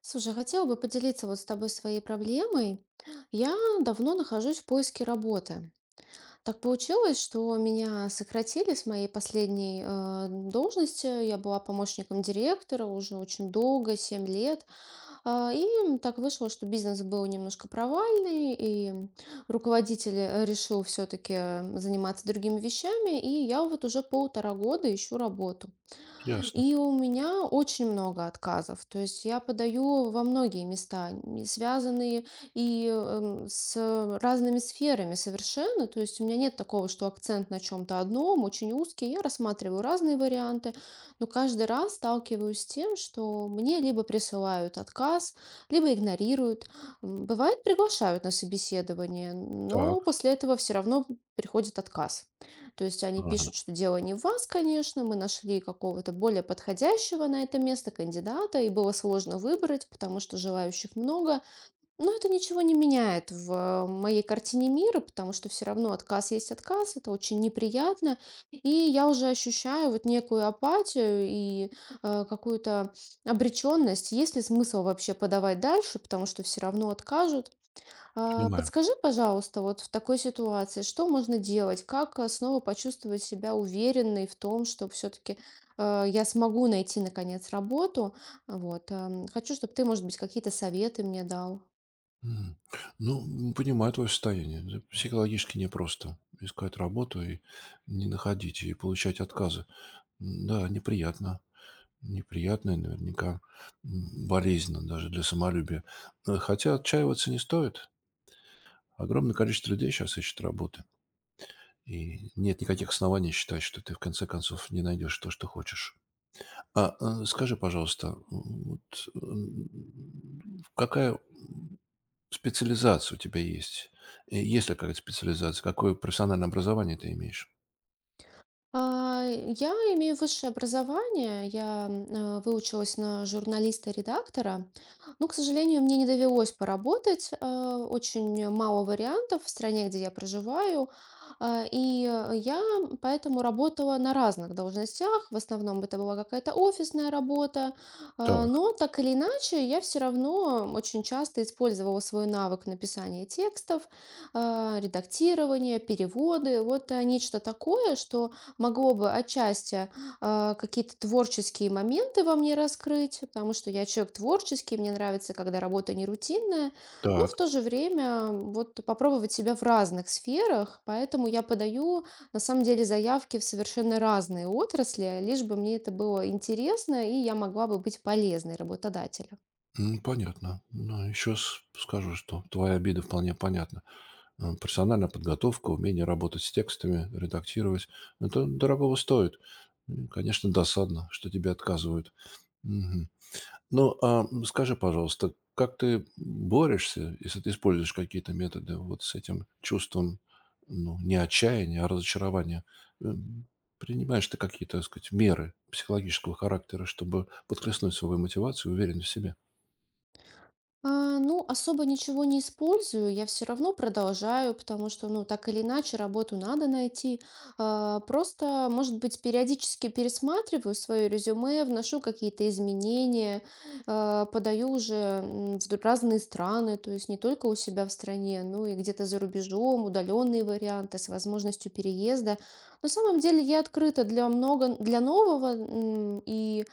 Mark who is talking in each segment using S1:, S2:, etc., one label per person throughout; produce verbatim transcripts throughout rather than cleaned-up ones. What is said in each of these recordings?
S1: Слушай, хотела бы поделиться вот с тобой своей проблемой. Я давно нахожусь в поиске работы. Так получилось, что меня сократили с моей последней э, должности. Я была помощником директора уже очень долго, семь лет. А, и так вышло, что бизнес был немножко провальный, и руководитель э, решил все-таки заниматься другими вещами. И я вот уже полтора года ищу работу.
S2: Ясно.
S1: И у меня очень много отказов. То есть я подаю во многие места, н- связанные и эм, с разными сферами совершенно. То есть у меня нет такого, что акцент на чем-то одном, очень узкий. Я рассматриваю разные варианты, но каждый раз сталкиваюсь с тем, что мне либо присылают отказ, либо игнорируют. М, Бывает, приглашают на собеседование, но
S2: Так.
S1: после этого все равно приходит отказ. То есть они
S2: Ага.
S1: пишут, что дело не в вас, конечно, мы нашли какого-то более подходящего на это место кандидата, и было сложно выбрать, потому что желающих много. Но это ничего не меняет в моей картине мира, потому что все равно отказ есть отказ, это очень неприятно. И я уже ощущаю вот некую апатию и э, какую-то обреченность. Есть ли смысл вообще подавать дальше, потому что все равно откажут? А,
S2: Понимаю.
S1: Подскажи, пожалуйста, вот в такой ситуации, что можно делать? Как э, снова почувствовать себя уверенной в том, что все-таки я смогу найти наконец работу? Вот. эм, Хочу, чтобы ты, может быть, какие-то советы мне дал.
S2: М. Ну, м, понимаю твое состояние. Это психологически непросто искать работу и не находить, и получать отказы. М, Да, неприятно. Неприятно и наверняка м, болезненно даже для самолюбия. Э, Хотя отчаиваться не стоит. Огромное количество людей сейчас ищет работы. И нет никаких оснований считать, что ты в конце концов не найдешь то, что хочешь. А э, скажи, пожалуйста, м, вот, м, какая специализация у тебя есть? Э, есть ли какая-то специализация? Какое профессиональное образование ты имеешь?
S1: А, Я имею высшее образование, я м, э, выучилась на журналиста-редактора, но, к сожалению, мне не довелось поработать, э, очень мало вариантов в стране, где я проживаю. А, и э, я поэтому работала на разных должностях, в основном это была какая-то офисная работа. А,
S2: Так,
S1: но так или иначе я все равно очень часто использовала свой навык написания текстов, а, редактирования, переводы, вот э, нечто такое, что могло бы отчасти а, какие-то творческие моменты во мне раскрыть, потому что я человек творческий, мне нравится, когда работа не рутинная, но в
S2: так.
S1: то же время вот попробовать себя в разных сферах, поэтому я подаю на самом деле заявки в совершенно разные отрасли, лишь бы мне это было интересно и я могла бы быть полезной работодателю.
S2: М, понятно. Ну, еще скажу, что твоя обида вполне понятна. Э, профессиональная подготовка, умение работать с текстами, редактировать- это дорогого стоит. М, конечно, досадно, что тебе отказывают. Мгм. Ну, а скажи, пожалуйста, как ты борешься, если ты используешь какие-то методы вот с этим чувством, ну, не отчаяния, а разочарования? М, Принимаешь ты какие-то, так сказать, меры психологического характера, чтобы подхлестнуть свою мотивацию и уверенность в себе?
S1: А, ну, особо ничего не использую, я все равно продолжаю, потому что, ну, так или иначе, работу надо найти. А, просто, может быть, периодически пересматриваю свое резюме, вношу какие-то изменения, а, подаю уже м, в д- разные страны, то есть не только у себя в стране, но и где-то за рубежом, удаленные варианты с возможностью переезда. На самом деле я открыта для много, для нового, м, и,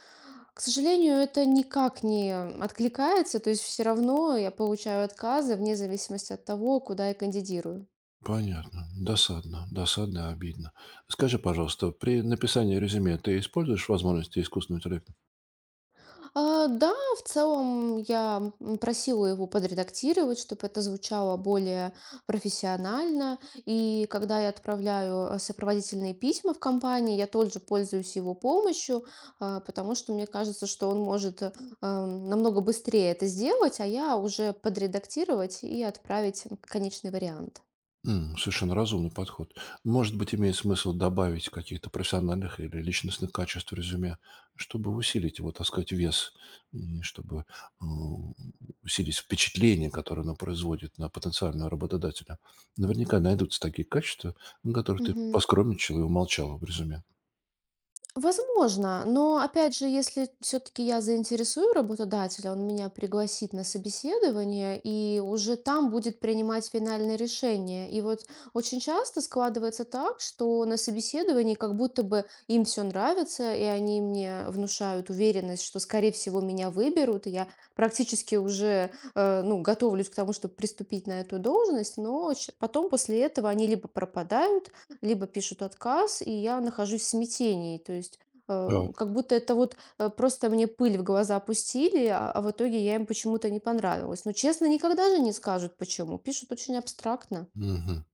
S1: к сожалению, это никак не откликается, то есть все равно я получаю отказы вне зависимости от того, куда я кандидирую.
S2: Понятно. Досадно. Досадно, и обидно. Скажи, пожалуйста, при написании резюме ты используешь возможности искусственного интеллекта?
S1: А, да, в целом я м, просила его подредактировать, чтобы это звучало более профессионально. И когда я отправляю э, сопроводительные письма в компании, я тоже пользуюсь его помощью, а, потому что мне кажется, что он может эм, намного быстрее это сделать, а я уже подредактировать и отправить конечный вариант.
S2: М, Совершенно разумный подход. Может быть, имеет смысл добавить каких-то профессиональных или личностных качеств в резюме, чтобы усилить его, так сказать, вес, и чтобы м, усилить впечатление, которое оно производит на потенциального работодателя. Наверняка найдутся такие качества, на которых ты
S1: Мгм.
S2: поскромничал и умолчал в резюме.
S1: Возможно, но опять же, если все-таки я заинтересую работодателя, он меня пригласит на собеседование, и уже там будет принимать финальное решение. И вот очень часто складывается так, что на собеседовании как будто бы им все нравится, и они мне внушают уверенность, что, скорее всего, меня выберут, и я практически уже э, ну, готовлюсь к тому, чтобы приступить на эту должность, но щ- потом после этого они либо пропадают, либо пишут отказ, и я нахожусь в смятении. То есть э,
S2: Да.
S1: как будто это вот э, просто мне пыль в глаза пустили, а, а в итоге я им почему-то не понравилась. Но честно, никогда же не скажут почему. Пишут очень абстрактно.
S2: Мгм.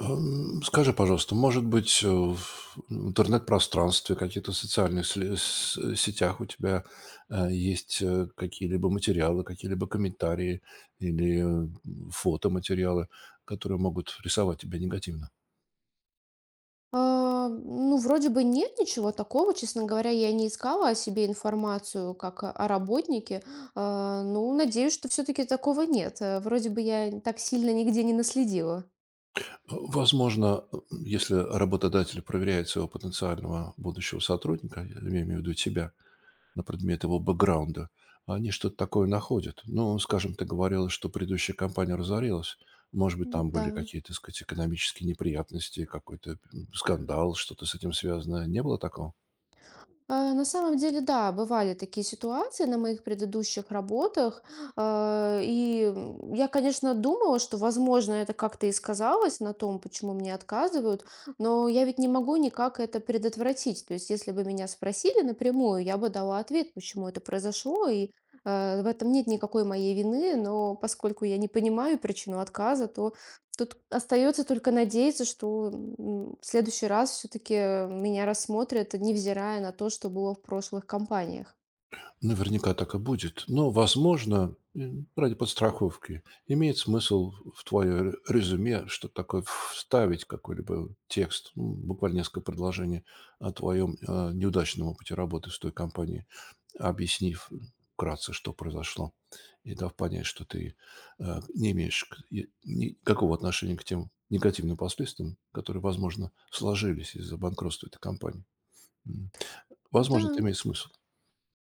S2: Эм, Скажи, пожалуйста, может быть, э, в интернет-пространстве, каких-то социальных сле- с- сетях у тебя э, есть э, какие-либо материалы, какие-либо комментарии или э, фотоматериалы, которые могут рисовать тебя негативно?
S1: А, ну, вроде бы нет ничего такого, честно говоря, я не искала о себе информацию как о о работнике. А, ну, надеюсь, что все-таки такого нет. Э, Вроде бы я так сильно нигде не наследила.
S2: Э, Возможно, э, если работодатель проверяет своего потенциального будущего сотрудника, я имею в виду тебя, на предмет его бэкграунда, они что-то такое находят. Ну, скажем, ты говорила, что предыдущая компания разорилась. Может быть, там были
S1: Да.
S2: какие-то, так сказать, экономические неприятности, какой-то м, скандал, что-то с этим связано. Не было такого?
S1: А, На самом деле, да, бывали такие ситуации на моих предыдущих работах. А, И м, я, конечно, думала, что, возможно, это как-то и сказалось на том, почему мне отказывают, но я ведь не могу никак это предотвратить. То есть, если бы меня спросили напрямую, я бы дала ответ, почему это произошло, и э, в этом нет никакой моей вины, но поскольку я не понимаю причину отказа, то тут остается только надеяться, что, м, в следующий раз все-таки меня рассмотрят, невзирая на то, что было в прошлых компаниях.
S2: Наверняка так и будет. Но, возможно, м, ради подстраховки имеет смысл в твое резюме что-то такое вставить, какой-либо текст, ну, буквально несколько предложений о твоем э, неудачном опыте работы с той компанией, объяснив вкратце, что произошло, и дав понять, что ты э, не имеешь к- и никакого отношения к тем негативным последствиям, которые, возможно, сложились из-за банкротства этой компании. М.
S1: Да,
S2: Возможно, это имеет смысл.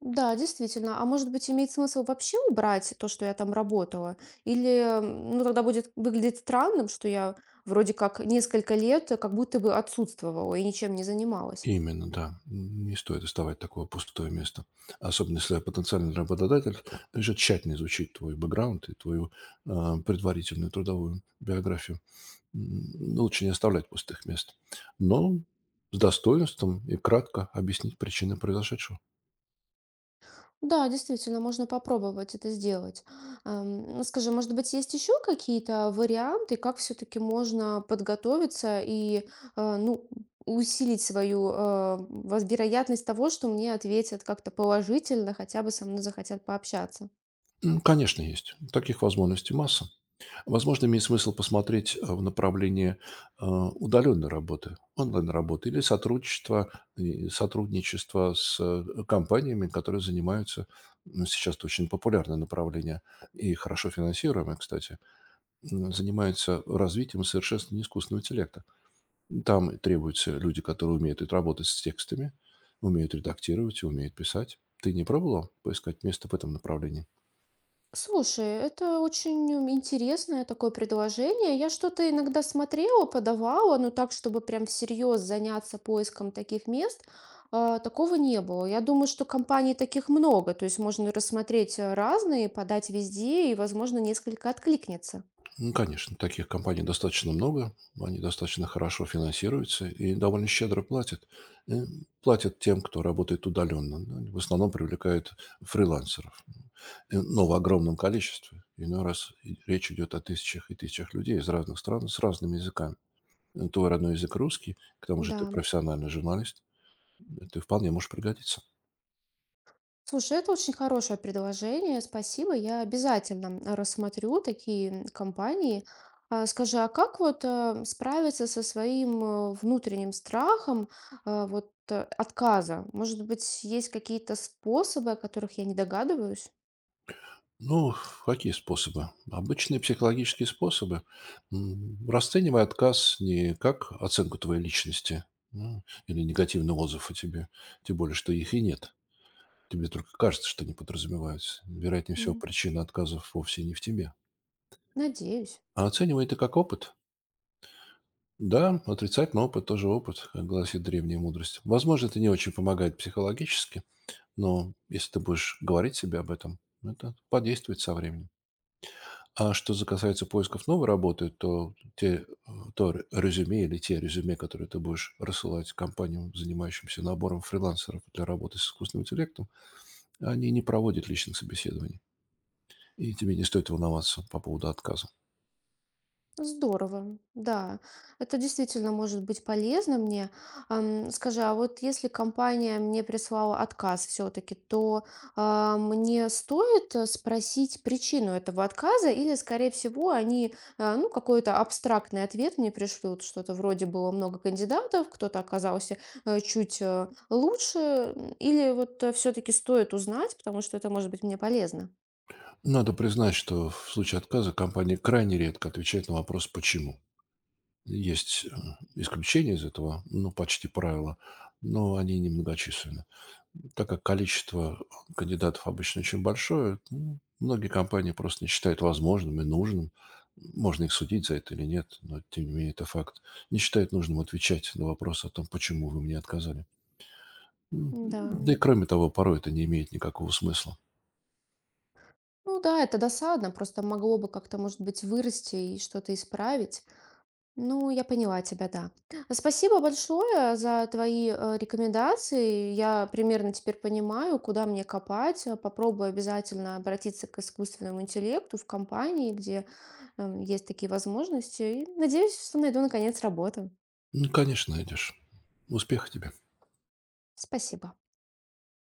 S1: да, действительно. А может быть, имеет смысл вообще убрать то, что я там работала? Или, м, ну, тогда будет выглядеть странным, что я вроде как несколько лет э, как будто бы отсутствовала и ничем не занималась.
S2: Именно, да. Не стоит оставать такое пустое место. Особенно, если потенциальный работодатель решит тщательно изучить твой бэкграунд и твою э, предварительную трудовую биографию. М, Лучше не оставлять пустых мест. Но с достоинством и кратко объяснить причины произошедшего.
S1: Да, действительно, можно попробовать это сделать. Ам, ну, скажи, может быть, есть еще какие-то варианты, как все-таки можно подготовиться и э, ну, усилить свою э, воз- вероятность того, что мне ответят как-то положительно, хотя бы со мной захотят пообщаться?
S2: М, Конечно, есть. Таких возможностей масса. Возможно, имеет смысл посмотреть э, в направлении э, удаленной работы, онлайн-работы или сотрудничества, и сотрудничества с э, компаниями, которые занимаются, ну, сейчас это очень популярное направление и хорошо финансируемое, кстати, м, занимаются развитием и совершенствованием искусственного интеллекта. Там и требуются люди, которые умеют это работать с текстами, умеют редактировать и умеют писать. Ты не пробовала поискать место в этом направлении?
S1: Слушай, это очень интересное такое предложение. Я что-то иногда смотрела, подавала, но так, чтобы прям всерьез заняться поиском таких мест, а, такого не было. Я думаю, что компаний таких много, то есть можно рассмотреть э, разные, подать везде, и, возможно, несколько откликнется.
S2: Ну, конечно, таких компаний достаточно много, они достаточно хорошо финансируются и довольно щедро платят. Э, Платят тем, кто работает удаленно. Ну, В основном привлекают фрилансеров, э, но в огромном количестве. Иной раз и речь идет о тысячах и тысячах людей из разных стран с разными языками. Э, Твой родной язык русский, к тому же
S1: Да.
S2: ты профессиональный журналист, э, ты вполне можешь пригодиться.
S1: Слушай, это очень хорошее предложение. Спасибо. Я обязательно рассмотрю такие компании. А, Скажи, а как вот э, справиться со своим э, внутренним страхом э, вот э, отказа? Может быть, есть какие-то способы, о которых я не догадываюсь?
S2: Ну, какие способы? Обычные психологические способы. М, Расценивай отказ не как оценку твоей личности, ну, или негативный отзыв о тебе, тем более, что их и нет. Тебе только кажется, что они подразумеваются. Вероятнее всего,
S1: М,
S2: причина отказов вовсе не в тебе.
S1: Надеюсь.
S2: А оценивай это как опыт. Да, отрицательный опыт тоже опыт, как гласит древняя мудрость. Возможно, это не очень помогает психологически, но если ты будешь говорить себе об этом, это подействует со временем. А что за касается поисков новой работы, то те, э, то ре- резюме или те резюме, которые ты будешь рассылать компаниям, занимающимся набором фрилансеров для работы с искусственным интеллектом, они не проводят личных собеседований. И тебе не стоит волноваться по поводу отказа.
S1: Здорово, да. Это действительно может быть полезно мне. Ам, скажи, а вот если компания мне прислала отказ все-таки, то а, мне стоит э, спросить причину этого отказа, или, скорее всего, они а, ну, какой-то абстрактный ответ мне пришлют, что-то вроде было много кандидатов, кто-то оказался э, чуть э, лучше, м, или вот все-таки стоит узнать, потому что это может быть мне полезно.
S2: Надо признать, что в случае отказа компания крайне редко отвечает на вопрос «почему?». Есть э, исключения из этого, ну, почти правило, но они немногочисленны. Так как количество кандидатов обычно очень большое, м, многие компании просто не считают возможным и нужным, можно их судить за это или нет, но тем не менее это факт, не считают нужным отвечать на вопрос о том, почему вы мне отказали. М,
S1: Да.
S2: Да и кроме того, порой это не имеет никакого смысла.
S1: Ну да, это досадно, просто могло бы как-то, может быть, вырасти и что-то исправить. Ну, я поняла тебя, да. Спасибо большое за твои э, рекомендации. Я примерно теперь понимаю, куда мне копать. Э, Попробую обязательно обратиться к искусственному интеллекту в компании, где э, есть такие возможности. И надеюсь, что найду наконец работу.
S2: Ну, конечно, найдешь. Успеха тебе.
S1: Спасибо.